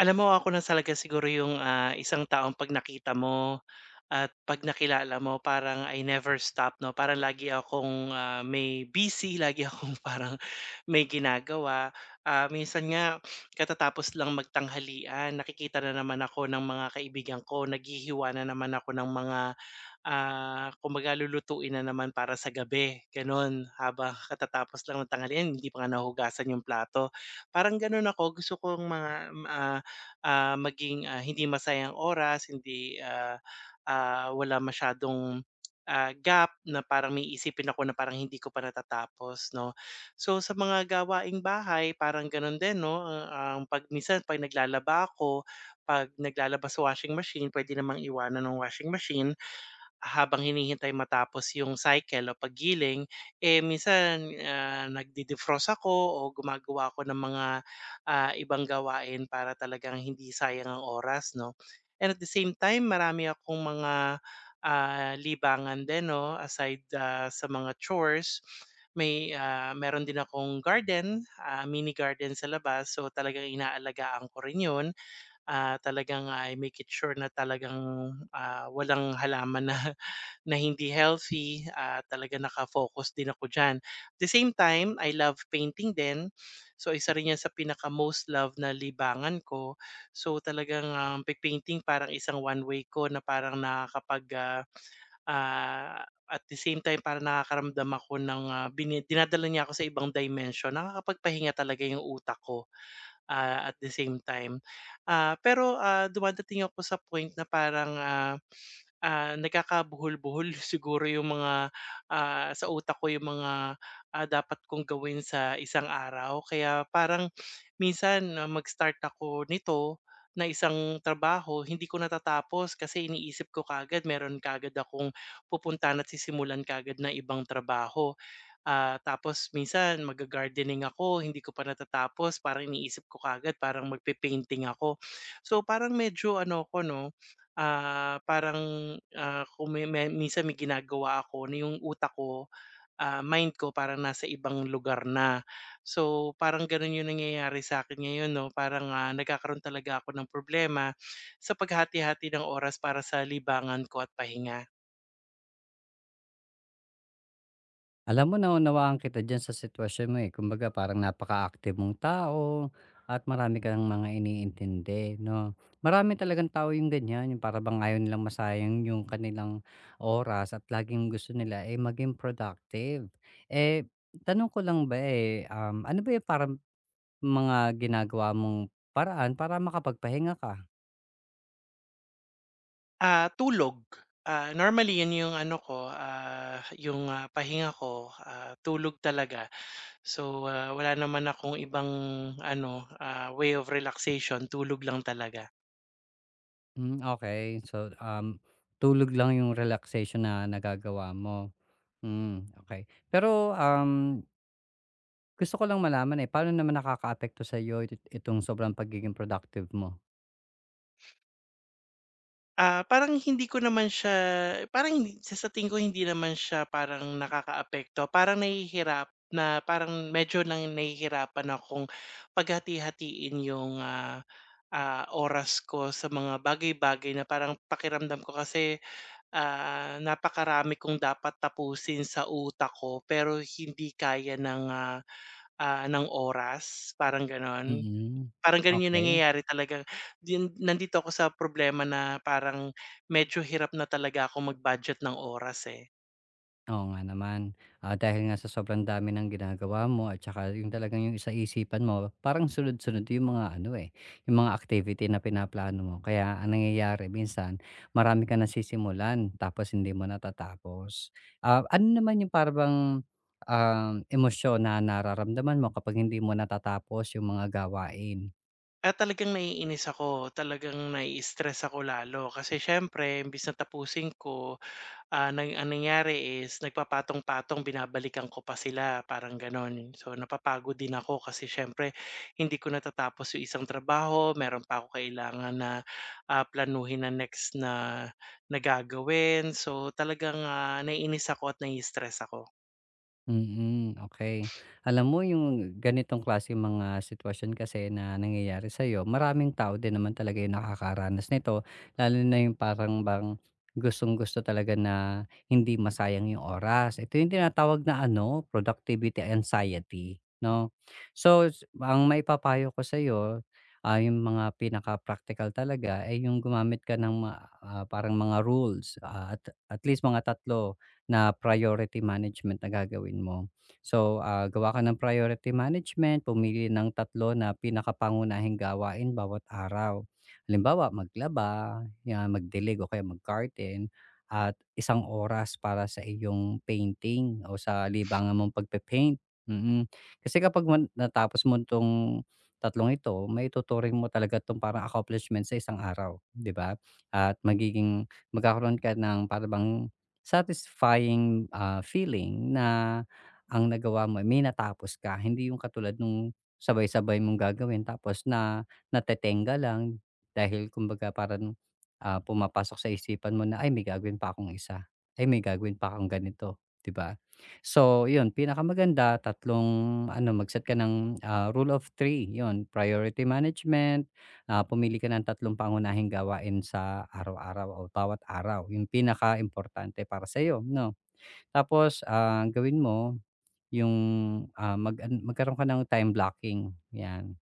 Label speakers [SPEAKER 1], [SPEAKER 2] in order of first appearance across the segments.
[SPEAKER 1] Alam mo ako na talaga siguro yung isang taong 'pag nakita mo at 'pag nakilala mo parang I never stop 'no, parang lagi akong may busy, lagi akong parang may ginagawa. Minsan nga katatapos lang magtanghalian nakikita na naman ako ng mga kaibigan ko, naghihiwa na naman ako ng mga kumbaga lulutuin na naman para sa gabi, gano'n. Habang katatapos lang ng tanghalian hindi pa nga nahuhugasan yung plato. Parang gano'n ako, gusto kong mga maging hindi masayang oras, hindi, wala masyadong gap na parang may iisipin ako na parang hindi ko pa natatapos 'no. So sa mga gawaing bahay parang gano'n din 'no, ang 'pag minsan 'pag naglalaba ako, 'pag naglalaba sa washing machine puwede namang iwanan ng washing machine. Habang hinihintay matapos yung cycle o paggiling, eh, minsan nagde-defrost ako o gumagawa ako ng mga ibang gawain para talagang hindi sayang ang oras 'no. And at the same time marami akong mga libangan din 'no aside sa mga chores may meron din akong garden, mini garden sa labas so talagang inaalagaan ko rin yun. Talagang I make it sure na talagang walang halaman na na hindi healthy, talaga naka din ako diyan. The same time, I love painting din. So, isa rin 'yan sa pinaka most love na libangan ko. So, talagang pag-painting parang isang one way ko na parang nakakapag, ah, at the same time parang nakakaramdam ako ng dinadala niya ako sa ibang dimension. Nakakapagpahinga talaga yung utak ko, at the same time. Pero dumadating ako sa point na parang nagkakabuhol-buhol siguro yung mga sa utak ko yung mga dapat kong gawin sa isang araw. Kaya parang minsan na mag-start ako nito na isang trabaho, hindi ko natatapos kasi iniisip ko kagad meron kaagad akong pupuntahan at sisimulan kagad na ibang trabaho. Tapos minsan magga-gardening ako, hindi ko pa natatapos parang iniisip ko kaagad parang magpe-painting ako. So, parang medyo ano ako 'no, parang kung may minsan may ginagawa ako na yung utak ko, mind ko parang nasa ibang lugar na. So, parang gano'n yung nangyayari sa'kin ngayon 'no, parang nagkakaroon talaga ako ng problema sa paghati-hati ng oras para sa libangan ko at pahinga.
[SPEAKER 2] Alam mo naunawaan kita diyan sa sitwasyon mo, eh. Kumbaga parang napaka-active mong tao at marami ka ng mga iniintindi, 'no. Marami talagang tao yung ganyan, yung para bang ayaw nilang masayang yung kanilang oras at laging gusto nila, eh, maging productive. Eh, tanong ko lang ba, ano ba yung parang mga ginagawa mong paraan para makapagpahinga ka?
[SPEAKER 1] Tulog. Normally 'yun 'yung ano ko, pahinga ko, tulog talaga. So, wala naman akong ibang ano, way of relaxation, tulog lang talaga.
[SPEAKER 2] Hmm, okey. Tulog lang yung relaxation na nagagawa mo. Hmm, okey. Pero, gusto ko lang malaman, eh, paano naman nakakaapekto sa itong sobrang pagiging productive mo?
[SPEAKER 1] Parang hindi ko naman siya parang hindi sa tingin ko hindi naman siya parang nakakaapekto, parang nahihirap na parang medyo nahihirapan akong paghati-hatiin 'yung, oras ko sa mga bagay-bagay na parang pakiramdam ko kasi. Napakarami kong dapat tapusin sa utak ko pero hindi kaya ng oras, parang gano'n.
[SPEAKER 2] Mm,
[SPEAKER 1] Parang gano'n yung
[SPEAKER 2] okey.
[SPEAKER 1] nangyayari talaga. Din nandito ako sa problema na parang medyo hirap na talaga ako mag-budget ng oras, eh.
[SPEAKER 2] Oo nga naman. Ah, dahil nga sa sobrang dami ng ginagawa mo at saka yung talagang yung sa isipan mo parang sunod-sunod yung mga ano, eh, yung mga activity na pinaplano mo. Kaya ang nangyayari minsan marami kang nasisimulan tapos hindi mo natatapos. Ah, ano naman yung bang, emosyon na nararamdaman mo kapag hindi mo natatapos yung mga gawain?
[SPEAKER 1] At talagang naiinis ako, talagang nai-stress ako lalo kasi siyempre imbes na tapusin ko, ang nangyari is nagpapatong-patong binabalikan ko pa sila parang gano'n. So, napapagod din ako kasi siyempre hindi ko natatapos yung isang trabaho, meron pa ako kailangan na planuhin na next na na So, talagang naiinis ako at nai-stress ako.
[SPEAKER 2] Mm, okay. Alam mo yung ganitong klase mga sitwasyon kasi na nangyayari sa'yo, maraming tao din naman talaga yung nakakaranas nito, lalo na yung parang bang gustong-gusto talaga na hindi masayang yung oras. Ito yung tinatawag na ano, productivity anxiety, 'no? So, ang maipapayo ko sa'yo, ah, yung mga pinaka practical talaga ay yung gumamit ka ng parang mga rules, ah, at least mga tatlo na priority management na gagawin mo. So, ah, gawa ka ng priority management, pumili ng tatlo na pinakapangunahing gawain bawat araw. Halimbawa, maglaba, yan, magdilig o kaya mag-garden, at isang oras para sa iyong painting o sa libangan mong pagpe-paint. Mm. Kasi kapag natapos mo itong tatlong ito, may tuturing mo talaga itong parang accomplishment sa isang araw, di ba? Magkakaroon ka ng parang satisfying, ah, feeling na ang nagawa mo, may natapos ka, hindi yung katulad nung sabay-sabay mong gagawin tapos na natetengga lang dahil kumbaga parang, ah, pumapasok sa isipan mo na, "Ay may gagawin pa akong isa, ay may gagawin pa akong ganito," 'di ba? So yun, pinakamaganda tatlong ano, mag-set ka ng, ah, rule of three, yun, priority management. Ah, pumili ka ng tatlong pangunahing gawain sa araw-araw o bawat araw, yung pinaka importante para sa'yo, 'no? Tapos, ah, gawin mo yung, ah, magkaroon ka ng time blocking, 'yan.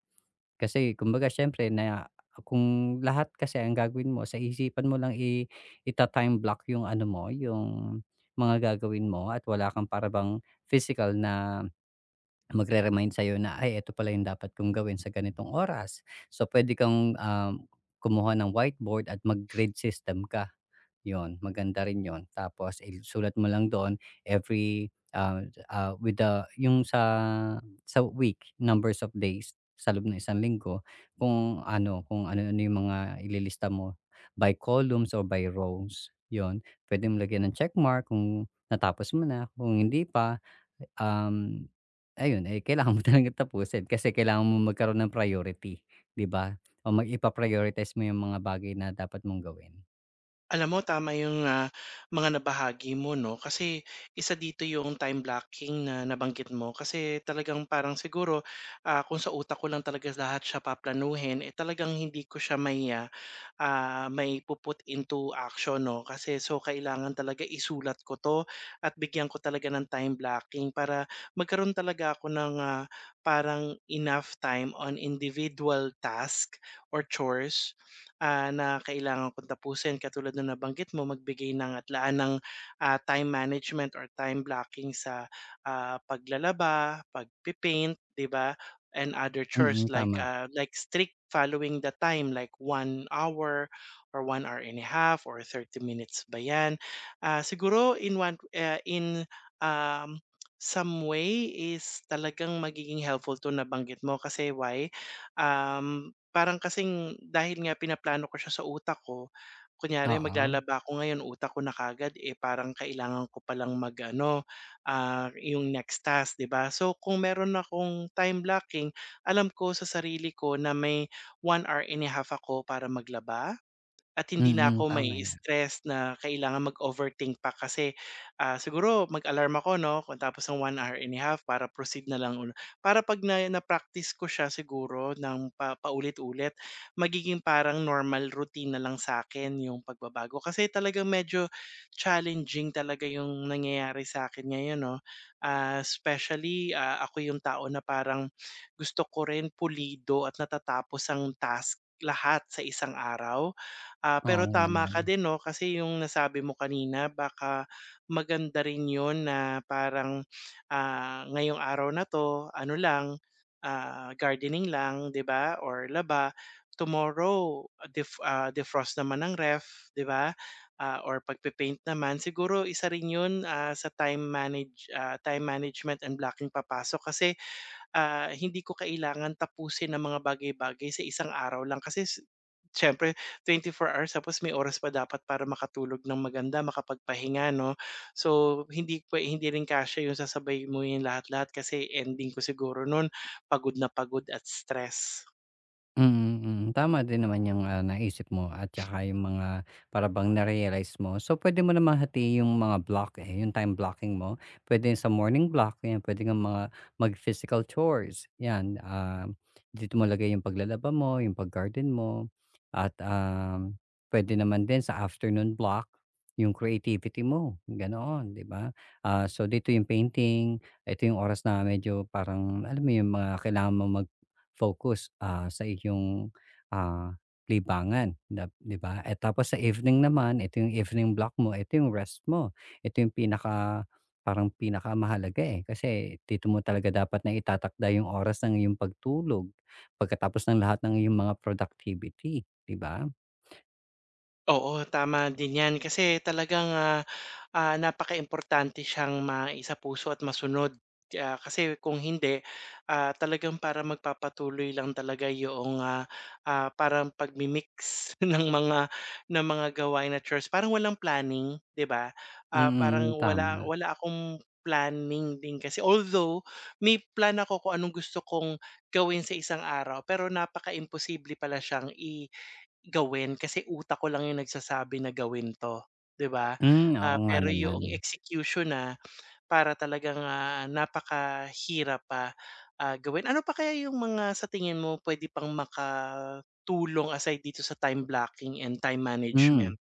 [SPEAKER 2] Kasi kumbaga siyempre na kung lahat kasi ang gagawin mo sa isipan mo lang ita-time block yung ano mo, yung mga gagawin mo at wala kang para physical na magre-remind sa'yo na, "Ay ito pala yung dapat kong gawin sa ganitong oras." So, puwede kang, kumuha ng whiteboard at mag-grade system ka, yon, maganda rin 'yun. Tapos isulat mo lang doon every, ah, ah, with the yung sa week, numbers of days sa loob ng isang linggo kung ano, kung ano-ano yung mga ililista mo by columns or by rows, yon pwede mo lagyan ng check mark kung natapos mo na, kung hindi pa, um, ayun, eh, kailangan mo talagang tapusin kasi kailangan mong magkaroon ng priority, 'di ba? O ipa-prioritize mo yung mga bagay na dapat mong gawin.
[SPEAKER 1] Alam mo tama yung mga nabahagi mo 'no, kasi isa dito yung time blocking na nabanggit mo kasi talagang parang siguro, ah, kung sa utak ko lang talaga lahat siya paplanuhin, eh, talagang hindi ko siya mai pu into action 'no. Kasi so kailangan talaga isulat ko 'to at bigyan ko talaga ng time blocking para magkaroon talaga ako ng parang enough time on individual task or chores, na kailangan kong tapusin. Katulad nung nabanggit mo, magbigay ng atlaan ng time management or time blocking sa paglalaba, pagpe-paint, 'di ba? And other
[SPEAKER 2] Mm,
[SPEAKER 1] chores
[SPEAKER 2] mm,
[SPEAKER 1] like
[SPEAKER 2] tama.
[SPEAKER 1] like strict following the time like 1 hour or 1 hour and a half or 30 minutes ba yan. Siguro in one um, some way is talagang magiging helpful to nabanggit mo kasi why, parang kasing dahil nga pinaplano ko siya sa utak ko kunyari
[SPEAKER 2] Oo,
[SPEAKER 1] maglalaba ako ngayon utak ko na kagad eh parang kailangan ko palang mag ano, yung next task, 'di ba? So, kung meron akong time blocking, alam ko sa sarili ko na may 1 hour and a half ako para maglaba, at hindi na
[SPEAKER 2] mm,
[SPEAKER 1] ako
[SPEAKER 2] tama
[SPEAKER 1] may
[SPEAKER 2] 'yan.
[SPEAKER 1] stress na kailangan mag-overthink pa kasi, siguro mag-alarm ako 'no, kung tapos ng 1 hour and a half para proceed na lang ulo para 'pag na-practice ko siya siguro ng paulit-ulit, magiging parang normal routine na lang sa akin yung pagbabago. Kasi talagang medyo challenging talaga yung nangyayari sa'kin ngayon 'no, especially ako yung tao na parang gusto ko rin pulido at natatapos ang task lahat sa isang araw.
[SPEAKER 2] Oo
[SPEAKER 1] Pero
[SPEAKER 2] nga
[SPEAKER 1] tama
[SPEAKER 2] naman.
[SPEAKER 1] ka din 'no, kasi yung nasabi mo kanina baka maganda rin yun na parang ngayong araw na 'to ano lang, gardening lang, 'di ba, or laba. Tomorrow defrost naman ng ref, 'di ba, or pagpe-paint naman. Siguro isa rin yun, sa time management and blocking papasok kasi hindi ko kailangan tapusin ang mga bagay-bagay sa isang araw lang kasi 24 hours tapos may oras pa dapat para makatulog ng maganda, makapagpahinga 'no. So, hindi rin kasya yung sasabay mo yung lahat-lahat kasi ending ko siguro nun pagod na pagod at stress.
[SPEAKER 2] Mm, mm. Tama din naman yung, ah, naisip mo at tsaka yung mga para bang na-realize mo. So, pwede mo namang hatiin yung mga block, eh, yung time blocking mo. Pwede sa morning block, yan, pwede kang mga mag-physical chores, yan. Ah, dito mo lagay yung paglalaba mo, yung pag-garden mo, at, pwede naman din sa afternoon block yung creativity mo, ganoon, 'di ba? Ah, so, dito yung painting, ito yung oras na medyo parang alam mo yung mga kailangan mong focus, ah, sa iyong, ah, libangan, dap 'di ba? At tapos sa evening naman, ito yung evening block mo, ito yung rest mo. Ito yung pinaka parang pinakamahalaga, eh, kasi dito mo talaga dapat na itatakda yung oras ng iyong pagtulog pagkatapos ng lahat ng iyong mga productivity, 'di ba?
[SPEAKER 1] Oo, tama din 'yan kasi talagang napakaimportante siyang maisapuso at masunod. Kasi kung hindi, talagang para magpapatuloy lang talaga yung parang pagmi-mix ng ng mga gawain at chores. Parang walang planning, 'di ba? Parang
[SPEAKER 2] Mm,
[SPEAKER 1] wala
[SPEAKER 2] tama.
[SPEAKER 1] wala akong planning din kasi although may plan ako kung anong gusto kong gawin sa isang araw, pero napaka-imposible pala siyang i gawin kasi utak ko lang yung nagsasabi na gawin 'to, 'di ba?
[SPEAKER 2] Hmm, oo nga
[SPEAKER 1] Pero
[SPEAKER 2] naman.
[SPEAKER 1] yung execution na para talagang napakahirap pa, gawin. Ano pa kaya yung mga sa tingin mo puwede pang makatulong aside dito sa time blocking and time
[SPEAKER 2] Hmm.
[SPEAKER 1] management?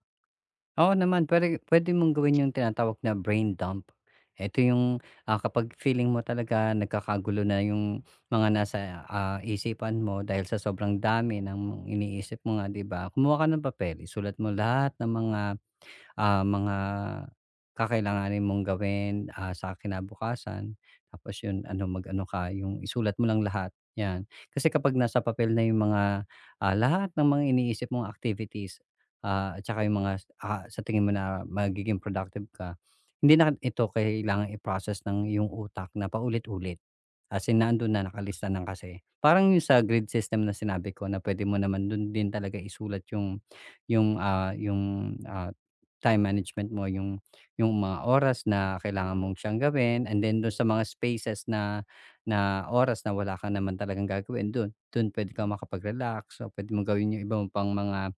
[SPEAKER 2] Oo naman, pwede mong gawin yung tinatawag na brain dump. Ito yung, ah, kapag feeling mo talaga nagkakagulo na yung mga nasa, ah, isipan mo dahil sa sobrang dami ng iniisip mo nga, 'di ba? Kumuha ka ng papel, isulat mo lahat ng mga kakailanganin mong gawin, ah, sa kinabukasan. Tapos 'yun ano, mag-ano ka, yung isulat mo lang lahat, 'yan. Kasi kapag nasa papel na yung mga, ah, lahat ng mga iniisip mong activities, ah, at saka yung mga, ah, sa tingin mo na magiging productive ka, hindi na ito kailangang i-process ng yung utak na paulit-ulit. As in nando'n na, nakalista ng kasi. Parang yung sa grid system na sinabi ko na pwede mo naman dun din talaga isulat yung yung, ah time management mo, yung mga oras na kailangan mong siyang gawin, and then dun sa mga spaces na na oras na wala ka naman talagang gagawin dun dun puwede kang makapag-relax o pwede mong gawin yung iba mo pang mga,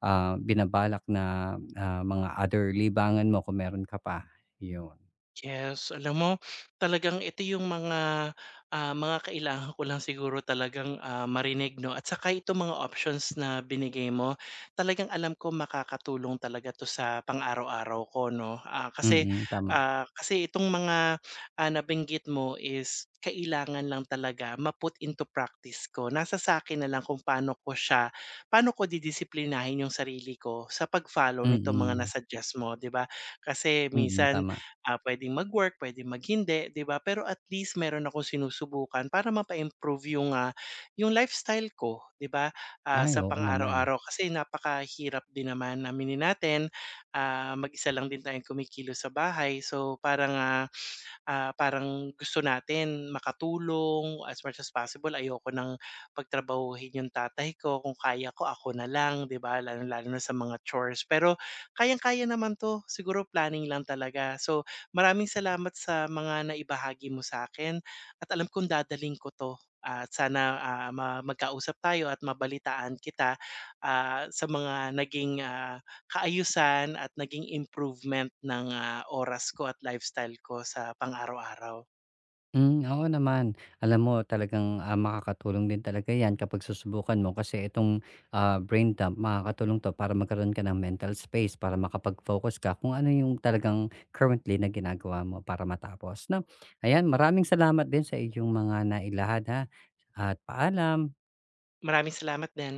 [SPEAKER 2] ah, binabalak na, ah, mga other libangan mo kung meron ka pa, yun.
[SPEAKER 1] Yes, alam mo talagang ito yung mga mga kailangan ko lang siguro talagang marinig 'no at saka itong mga options na binigay mo, talagang alam ko makakatulong talaga 'to sa pang-araw-araw ko 'no. Ah, kasi,
[SPEAKER 2] Mm, tama.
[SPEAKER 1] ah, kasi itong mga nabanggit mo is kailangan lang talaga ma-put into practice ko. Nasa sa'kin na lang kung paano ko didisiplinahin yung sarili ko sa pag-follow nitong mga na
[SPEAKER 2] Mm,
[SPEAKER 1] mo, 'di ba? Kasi
[SPEAKER 2] mm,
[SPEAKER 1] minsan.
[SPEAKER 2] tama.
[SPEAKER 1] Puwedeng mag-work, puwedeng mag, 'di ba? Pero at least meron akong sinusubukan para mapa-improve yung yung lifestyle ko, 'di ba?
[SPEAKER 2] Ay,
[SPEAKER 1] Sa
[SPEAKER 2] oo naman.
[SPEAKER 1] pang-araw-araw kasi napakahirap din naman, aminin natin. Mag-isa lang din tayong kumikilos sa bahay. So, parang gusto natin makatulong as much as possible. Ayoko ng pagtrabahuhin yung tatay ko, kung kaya ko ako na lang, 'di ba? Lalo lalo na sa mga chores. Pero kayang-kaya naman 'to, siguro planning lang talaga. So, maraming salamat sa mga naibahagi mo sa akin at alam kong dadalhin ko 'to. At sana, ma magkausap tayo at mabalitaan kita, ah, sa mga naging, ah kaayusan at naging improvement ng oras ko at lifestyle ko sa pang-araw-araw.
[SPEAKER 2] Hmm, oo naman. Alam mo talagang, ah, makakatulong din talaga 'yan kapag susubukan mo kasi itong, ah, brain dump makakatulong 'to para magkaroon ka ng mental space para makapag-focus ka kung ano yung talagang currently na ginagawa mo para matapos, 'no. Ayan, maraming salamat din sa iyong mga nailahad, ha, at paalam.
[SPEAKER 1] Maraming salamat din.